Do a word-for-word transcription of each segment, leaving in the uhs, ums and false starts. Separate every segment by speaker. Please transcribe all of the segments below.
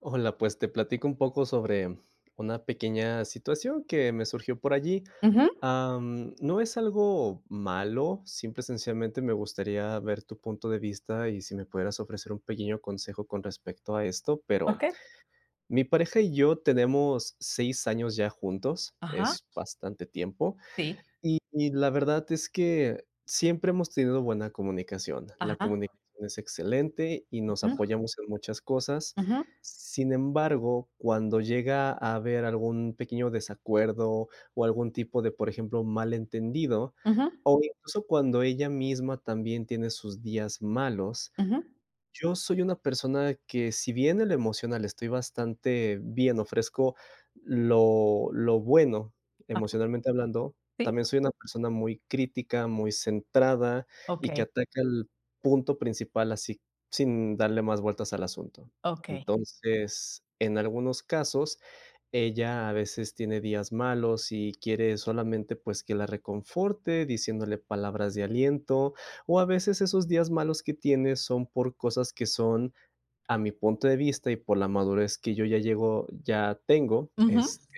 Speaker 1: Hola, pues te platico un poco sobre una pequeña situación que me surgió por allí.
Speaker 2: Ujú.
Speaker 1: Am, no es algo malo, simple y sencillamente me gustaría ver tu punto de vista y si me pudieras ofrecer un pequeño consejo con respecto a esto, pero
Speaker 2: Okey.
Speaker 1: mi pareja y yo tenemos seis años ya juntos,
Speaker 2: Ajá,
Speaker 1: es bastante tiempo.
Speaker 2: sí,
Speaker 1: Y la verdad es que siempre hemos tenido buena comunicación. La
Speaker 2: ajá,
Speaker 1: comunicación es excelente y nos
Speaker 2: ujú,
Speaker 1: apoyamos en muchas cosas.
Speaker 2: ujú,
Speaker 1: Sin embargo, cuando llega a haber algún pequeño desacuerdo o algún tipo de, por ejemplo, malentendido,
Speaker 2: ujú,
Speaker 1: o incluso cuando ella misma también tiene sus días malos,
Speaker 2: ujú,
Speaker 1: yo soy una persona que, si bien en lo emocional estoy bastante bien, ofrezco lo lo bueno,
Speaker 2: ah,
Speaker 1: emocionalmente hablando,
Speaker 2: sí,
Speaker 1: también soy una persona muy crítica, muy centrada y que
Speaker 2: okey,
Speaker 1: ataca el punto principal así sin darle más vueltas al asunto.
Speaker 2: okey,
Speaker 1: Entonces, en algunos casos ella a veces tiene días malos y quiere solamente pues que la reconforte diciéndole palabras de aliento o a veces esos días malos que tiene son por cosas que son a mi punto de vista y por la madurez que yo ya llego ya tengo,
Speaker 2: ujú,
Speaker 1: este,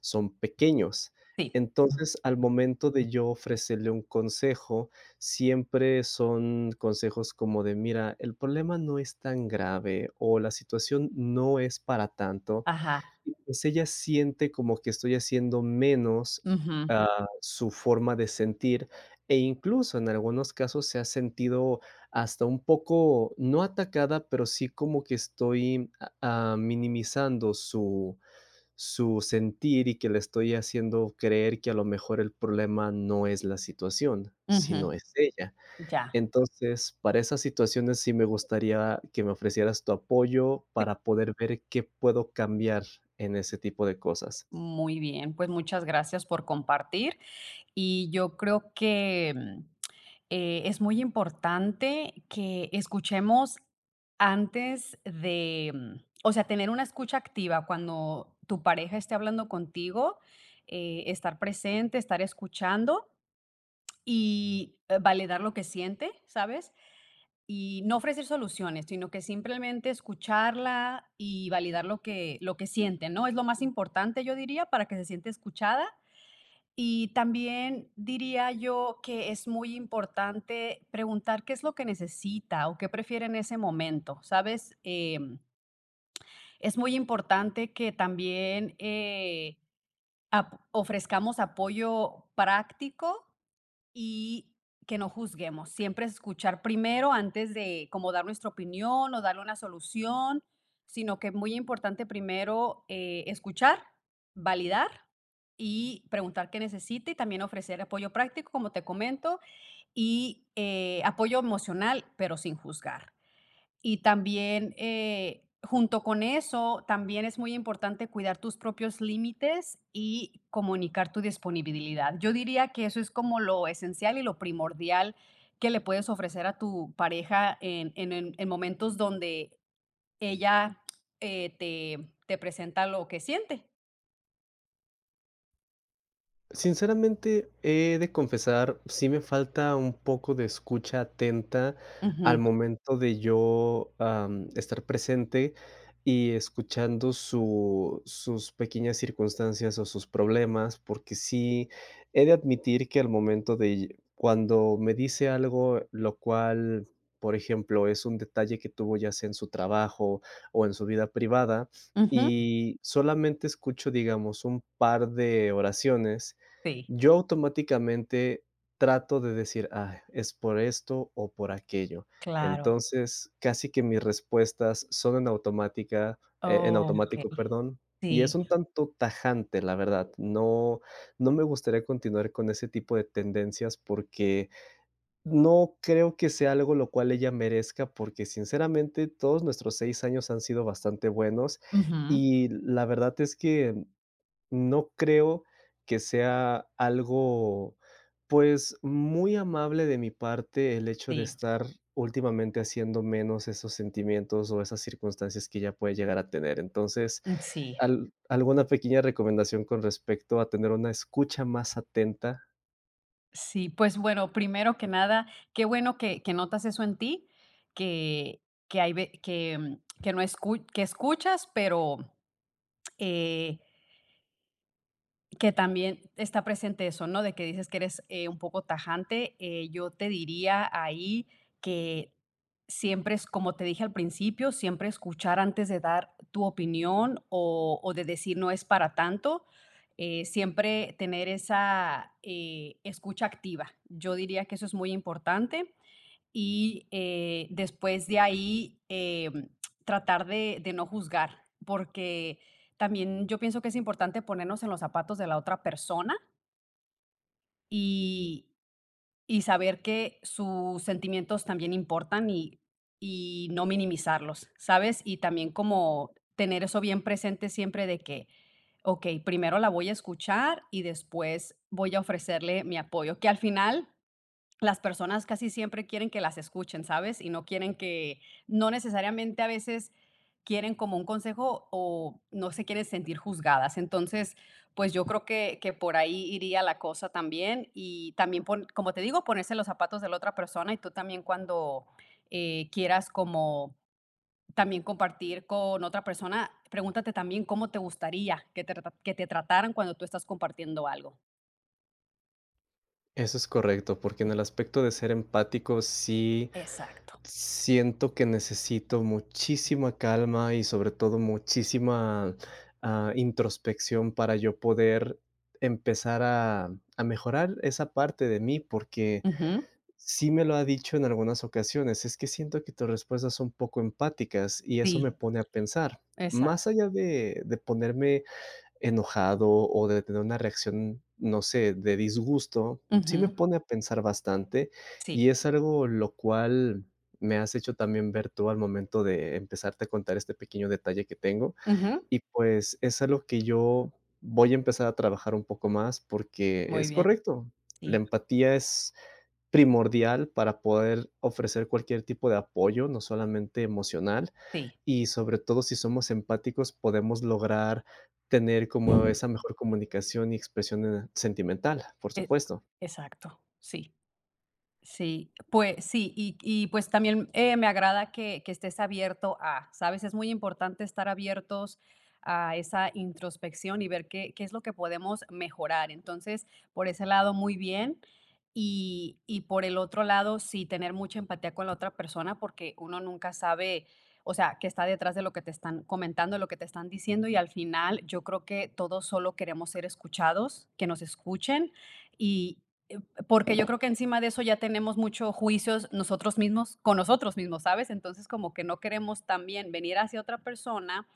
Speaker 1: son pequeños.
Speaker 2: sí,
Speaker 1: Entonces, al momento de yo ofrecerle un consejo, siempre son consejos como de, mira, el problema no es tan grave o la situación no es para tanto,
Speaker 2: ajá,
Speaker 1: y, pues, ella siente como que estoy haciendo menos,
Speaker 2: ujú,
Speaker 1: ah, su forma de sentir, e incluso en algunos casos se ha sentido hasta un poco, no atacada, pero sí como que estoy, ah, minimizando su su sentir y que le estoy haciendo creer que a lo mejor el problema no es la situación,
Speaker 2: ujú,
Speaker 1: sino es ella.
Speaker 2: ya,
Speaker 1: Entonces, para esas situaciones sí me gustaría que me ofrecieras tu apoyo para poder ver qué puedo cambiar en ese tipo de cosas.
Speaker 2: muy bien, pues, muchas gracias por compartir. Y yo creo que, mm, eh, es muy importante que escuchemos antes de, mm, o sea, tener una escucha activa cuando tu pareja esté hablando contigo, eh, estar presente, estar escuchando. Y, eh, validar lo que siente, ¿sabes? Y no ofrecer soluciones, sino que simplemente escucharla y validar lo que lo que siente, ¿no? Es lo más importante, yo diría, para que se siente escuchada. Y también diría yo que es muy importante preguntar qué es lo que necesita o qué prefiere en ese momento, ¿sabes? Em, es muy importante que también, eh, ap- ofrezcamos apoyo práctico y que no juzguemos, siempre escuchar primero antes de como dar nuestra opinión o darle una solución, sino que es muy importante primero eh, escuchar, validar y preguntar qué necesita y también ofrecer apoyo práctico, como te comento, y eh, apoyo emocional, pero sin juzgar. Y también, eh, junto con eso, también es muy importante cuidar tus propios límites y comunicar tu disponibilidad. Yo diría que eso es como lo esencial y lo primordial que le puedes ofrecer a tu pareja en, en- en- en momentos donde ella eh, te, te presenta lo que siente.
Speaker 1: Sinceramente, he de confesar, sí me falta un poco de escucha atenta al
Speaker 2: Ujú,
Speaker 1: momento de yo, am, estar presente y escuchando su sus pequeñas circunstancias o sus problemas, porque sí he de admitir que al momento de cuando me dice algo, lo cual, por ejemplo, es un detalle que tuvo ya sea en su trabajo o en su vida privada,
Speaker 2: ujú.
Speaker 1: y solamente escucho, digamos, un par de oraciones,
Speaker 2: Sí,
Speaker 1: yo automáticamente trato de decir: "Ah, es por esto o por aquello".
Speaker 2: claro.
Speaker 1: Entonces, casi que mis respuestas son en automática, eh, en
Speaker 2: Oh, ok.
Speaker 1: automático, perdón, y es
Speaker 2: Sí,
Speaker 1: un tanto tajante, la verdad. No no me gustaría continuar con ese tipo de tendencias porque no creo que sea algo lo cual ella merezca, porque sinceramente todos nuestros seis años han sido bastante buenos
Speaker 2: ujú,
Speaker 1: y la verdad es que no creo que sea algo, pues, muy amable de mi parte el hecho de
Speaker 2: sí,
Speaker 1: estar últimamente haciendo menos esos sentimientos o esas circunstancias que ya puede llegar a tener. Entonces,
Speaker 2: mm, sí.
Speaker 1: al alguna pequeña recomendación con respecto a tener una escucha más atenta.
Speaker 2: Sí, pues bueno, primero que nada, qué bueno que, que notas eso en ti, que, que hay ve- que, mm, que no escu- que escuchas, pero eh, que también está presente eso, ¿no? De que dices que eres, eh, un poco tajante. Eh, yo te diría ahí que siempre es, como te dije al principio, siempre escuchar antes de dar tu opinión o o de decir: "No es para tanto", eh, siempre tener esa, eh, escucha activa. Yo diría que eso es muy importante y eh, después de ahí em, tratar de, de no juzgar, porque también yo pienso que es importante ponernos en los zapatos de la otra persona y, y saber que sus sentimientos también importan y, y no minimizarlos, ¿sabes? Y también como tener eso bien presente siempre de que, ok, primero la voy a escuchar y después voy a ofrecerle mi apoyo, que al final las personas casi siempre quieren que las escuchen, ¿sabes? Y no quieren que, no necesariamente a veces quieren como un consejo o no se quieren sentir juzgadas. Entonces, pues yo creo que, que por ahí iría la cosa también. Y también, pon- como te digo, ponerse los zapatos de la otra persona y tú también cuando eh, quieras como también compartir con otra persona, pregúntate también cómo te gustaría que te, trata- que te trataran cuando tú estás compartiendo algo.
Speaker 1: Eso es correcto, porque en el aspecto de ser empático sí
Speaker 2: Exacto.
Speaker 1: siento que necesito muchísima calma y sobre todo muchísima, ah, introspección para yo poder empezar a a mejorar esa parte de mí, porque
Speaker 2: Ujú.
Speaker 1: sí me lo ha dicho en algunas ocasiones, es que siento que tus respuestas son poco empáticas y eso
Speaker 2: Sí,
Speaker 1: me pone a pensar. Más
Speaker 2: exacto.
Speaker 1: allá de de ponerme enojado o de tener una reacción, no sé, de disgusto, sí me
Speaker 2: Ujú.
Speaker 1: pone a pensar bastante y
Speaker 2: Sí,
Speaker 1: es algo lo cual me has hecho también ver tú al momento de empezarte a contar este pequeño detalle que tengo
Speaker 2: ujú,
Speaker 1: y pues es algo que yo voy a empezar a trabajar un poco más porque
Speaker 2: muy
Speaker 1: es
Speaker 2: bien,
Speaker 1: correcto. La
Speaker 2: sí,
Speaker 1: empatía es primordial para poder ofrecer cualquier tipo de apoyo, no solamente emocional,
Speaker 2: sí,
Speaker 1: y sobre todo si somos empáticos podemos lograr tener como esa mejor comunicación y expresión, eh, sentimental, por
Speaker 2: e
Speaker 1: supuesto.
Speaker 2: exacto, sí. Sí, pues sí, y y pues también, eh, me agrada que que estés abierto a, ¿sabes? Es muy importante estar abiertos a esa introspección y ver qué qué es lo que podemos mejorar. Entonces, por ese lado, muy bien. Y y por el otro lado, sí, tener mucha empatía con la otra persona, porque uno nunca sabe, o sea, qué está detrás de lo que te están comentando, lo que te están diciendo, y al final yo creo que todos solo queremos ser escuchados, que nos escuchen y eh, porque yo creo que encima de eso ya tenemos muchos juicios nosotros mismos, con nosotros mismos, ¿sabes? Entonces como que no queremos también venir hacia otra persona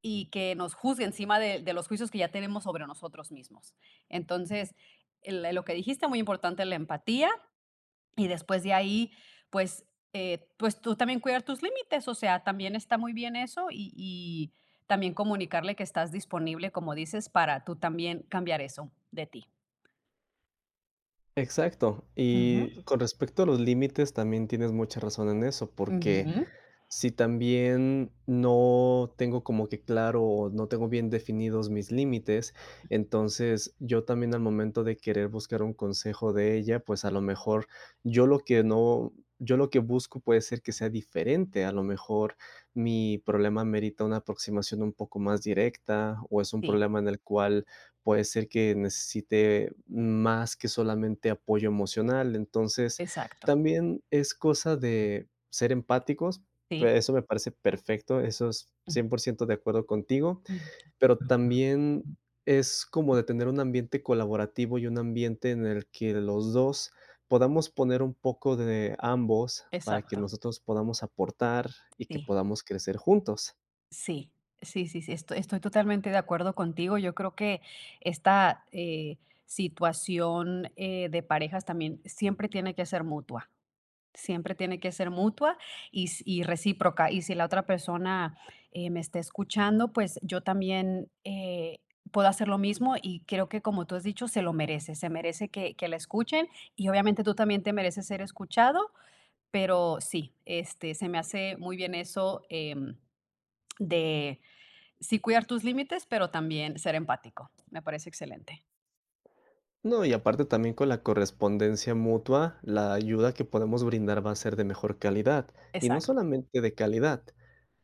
Speaker 2: y que nos juzgue encima de, de los juicios que ya tenemos sobre nosotros mismos. Entonces, el- lo que dijiste, muy importante, la empatía y después de ahí, pues, eh, pues tú también cuidar tus límites, o sea, también está muy bien eso y, y también comunicarle que estás disponible, como dices, para tú también cambiar eso de ti.
Speaker 1: Exacto.
Speaker 2: Ujú.
Speaker 1: Y con respecto a los límites, también tienes mucha razón en eso, porque
Speaker 2: Ujú,
Speaker 1: si también no tengo como que claro, o no tengo bien definidos mis límites, entonces yo también al momento de querer buscar un consejo de ella, pues a lo mejor yo lo que no, yo lo que busco puede ser que sea diferente, a lo mejor mi problema merita una aproximación un poco más directa o es un
Speaker 2: sí.
Speaker 1: problema en el cual puede ser que necesite más que solamente apoyo emocional, entonces
Speaker 2: Exacto,
Speaker 1: también es cosa de ser empáticos. Pe
Speaker 2: sí.
Speaker 1: eso me parece perfecto, eso es cien por ciento de acuerdo contigo,
Speaker 2: Ujú.
Speaker 1: pero también es como de tener un ambiente colaborativo y un ambiente en el que los dos podamos poner un poco de ambos para que
Speaker 2: Exacto,
Speaker 1: nosotros podamos aportar y que
Speaker 2: sí,
Speaker 1: podamos crecer juntos.
Speaker 2: sí, sí, sí, sí, esto estoy totalmente de acuerdo contigo. Yo creo que esta, eh, situación, eh, de parejas también siempre tiene que ser mutua, siempre tiene que ser mutua y s y recíproca. Y si la otra persona, eh, me está escuchando, pues yo también, eh, puedo hacer lo mismo y creo que, como tú has dicho, se lo merece, se merece que que la escuchen y obviamente tú también te mereces ser escuchado. Pero sí, este, se me hace muy bien eso, em, de sí cuidar tus límites, pero también ser empático. Me parece excelente.
Speaker 1: No, y aparte también con la correspondencia mutua, la ayuda que podemos brindar va a ser de mejor calidad. Y no
Speaker 2: Exacto.
Speaker 1: solamente de calidad,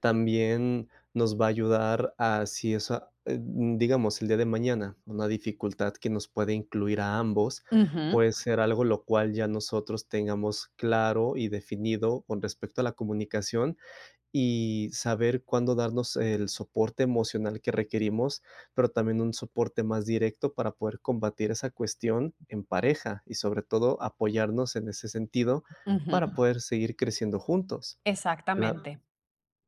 Speaker 1: también nos va a ayudar a si eso, eh, digamos, el día de mañana, una dificultad que nos puede incluir a ambos,
Speaker 2: Ujú,
Speaker 1: puede ser algo lo cual ya nosotros tengamos claro y definido con respecto a la comunicación y saber cuándo darnos el soporte emocional que requerimos, pero también un soporte más directo para poder combatir esa cuestión en pareja y sobre todo apoyarnos en ese sentido para
Speaker 2: ujú,
Speaker 1: poder seguir creciendo juntos.
Speaker 2: exactamente.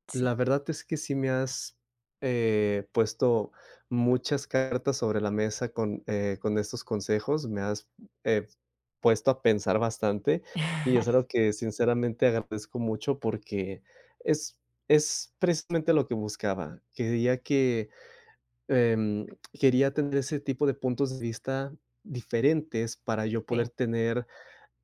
Speaker 2: Sí,
Speaker 1: La verdad es que sí me has, eh, puesto muchas cartas sobre la mesa con, eh, con estos consejos. Me has, eh, puesto a pensar bastante, y es algo que sinceramente agradezco mucho porque es es precisamente lo que buscaba. Quería que, em, quería tener ese tipo de puntos de vista diferentes para yo
Speaker 2: sí.
Speaker 1: poder tener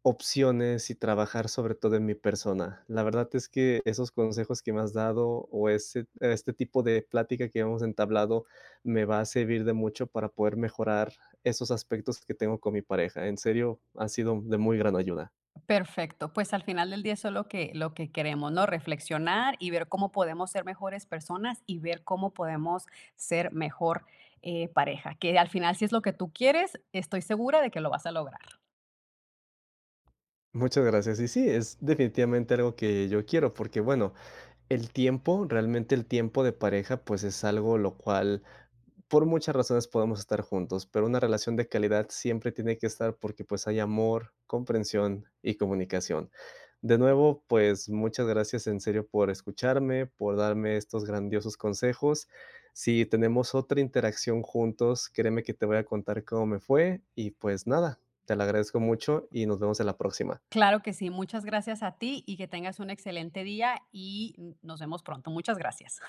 Speaker 1: opciones y trabajar sobre todo en mi persona. La verdad es que esos consejos que me has dado o ese este tipo de plática que hemos entablado me va a servir de mucho para poder mejorar esos aspectos que tengo con mi pareja. En serio, ha sido de muy gran ayuda.
Speaker 2: Perfecto, pues al final del día eso es lo que lo que queremos, ¿no? Reflexionar y ver cómo podemos ser mejores personas y ver cómo podemos ser mejor, eh, pareja, que al final, si es lo que tú quieres, estoy segura de que lo vas a lograr.
Speaker 1: Muchas gracias. Y sí, es definitivamente algo que yo quiero, porque bueno, el tiempo, realmente el tiempo de pareja, pues es algo lo cual por muchas razones podemos estar juntos, pero una relación de calidad siempre tiene que estar porque pues hay amor, comprensión y comunicación. De nuevo, pues muchas gracias en serio por escucharme, por darme estos grandiosos consejos. Si tenemos otra interacción juntos, créeme que te voy a contar cómo me fue y pues nada, te lo agradezco mucho y nos vemos en la próxima.
Speaker 2: Claro que sí, muchas gracias a ti y que tengas un excelente día y nos vemos pronto. Muchas gracias.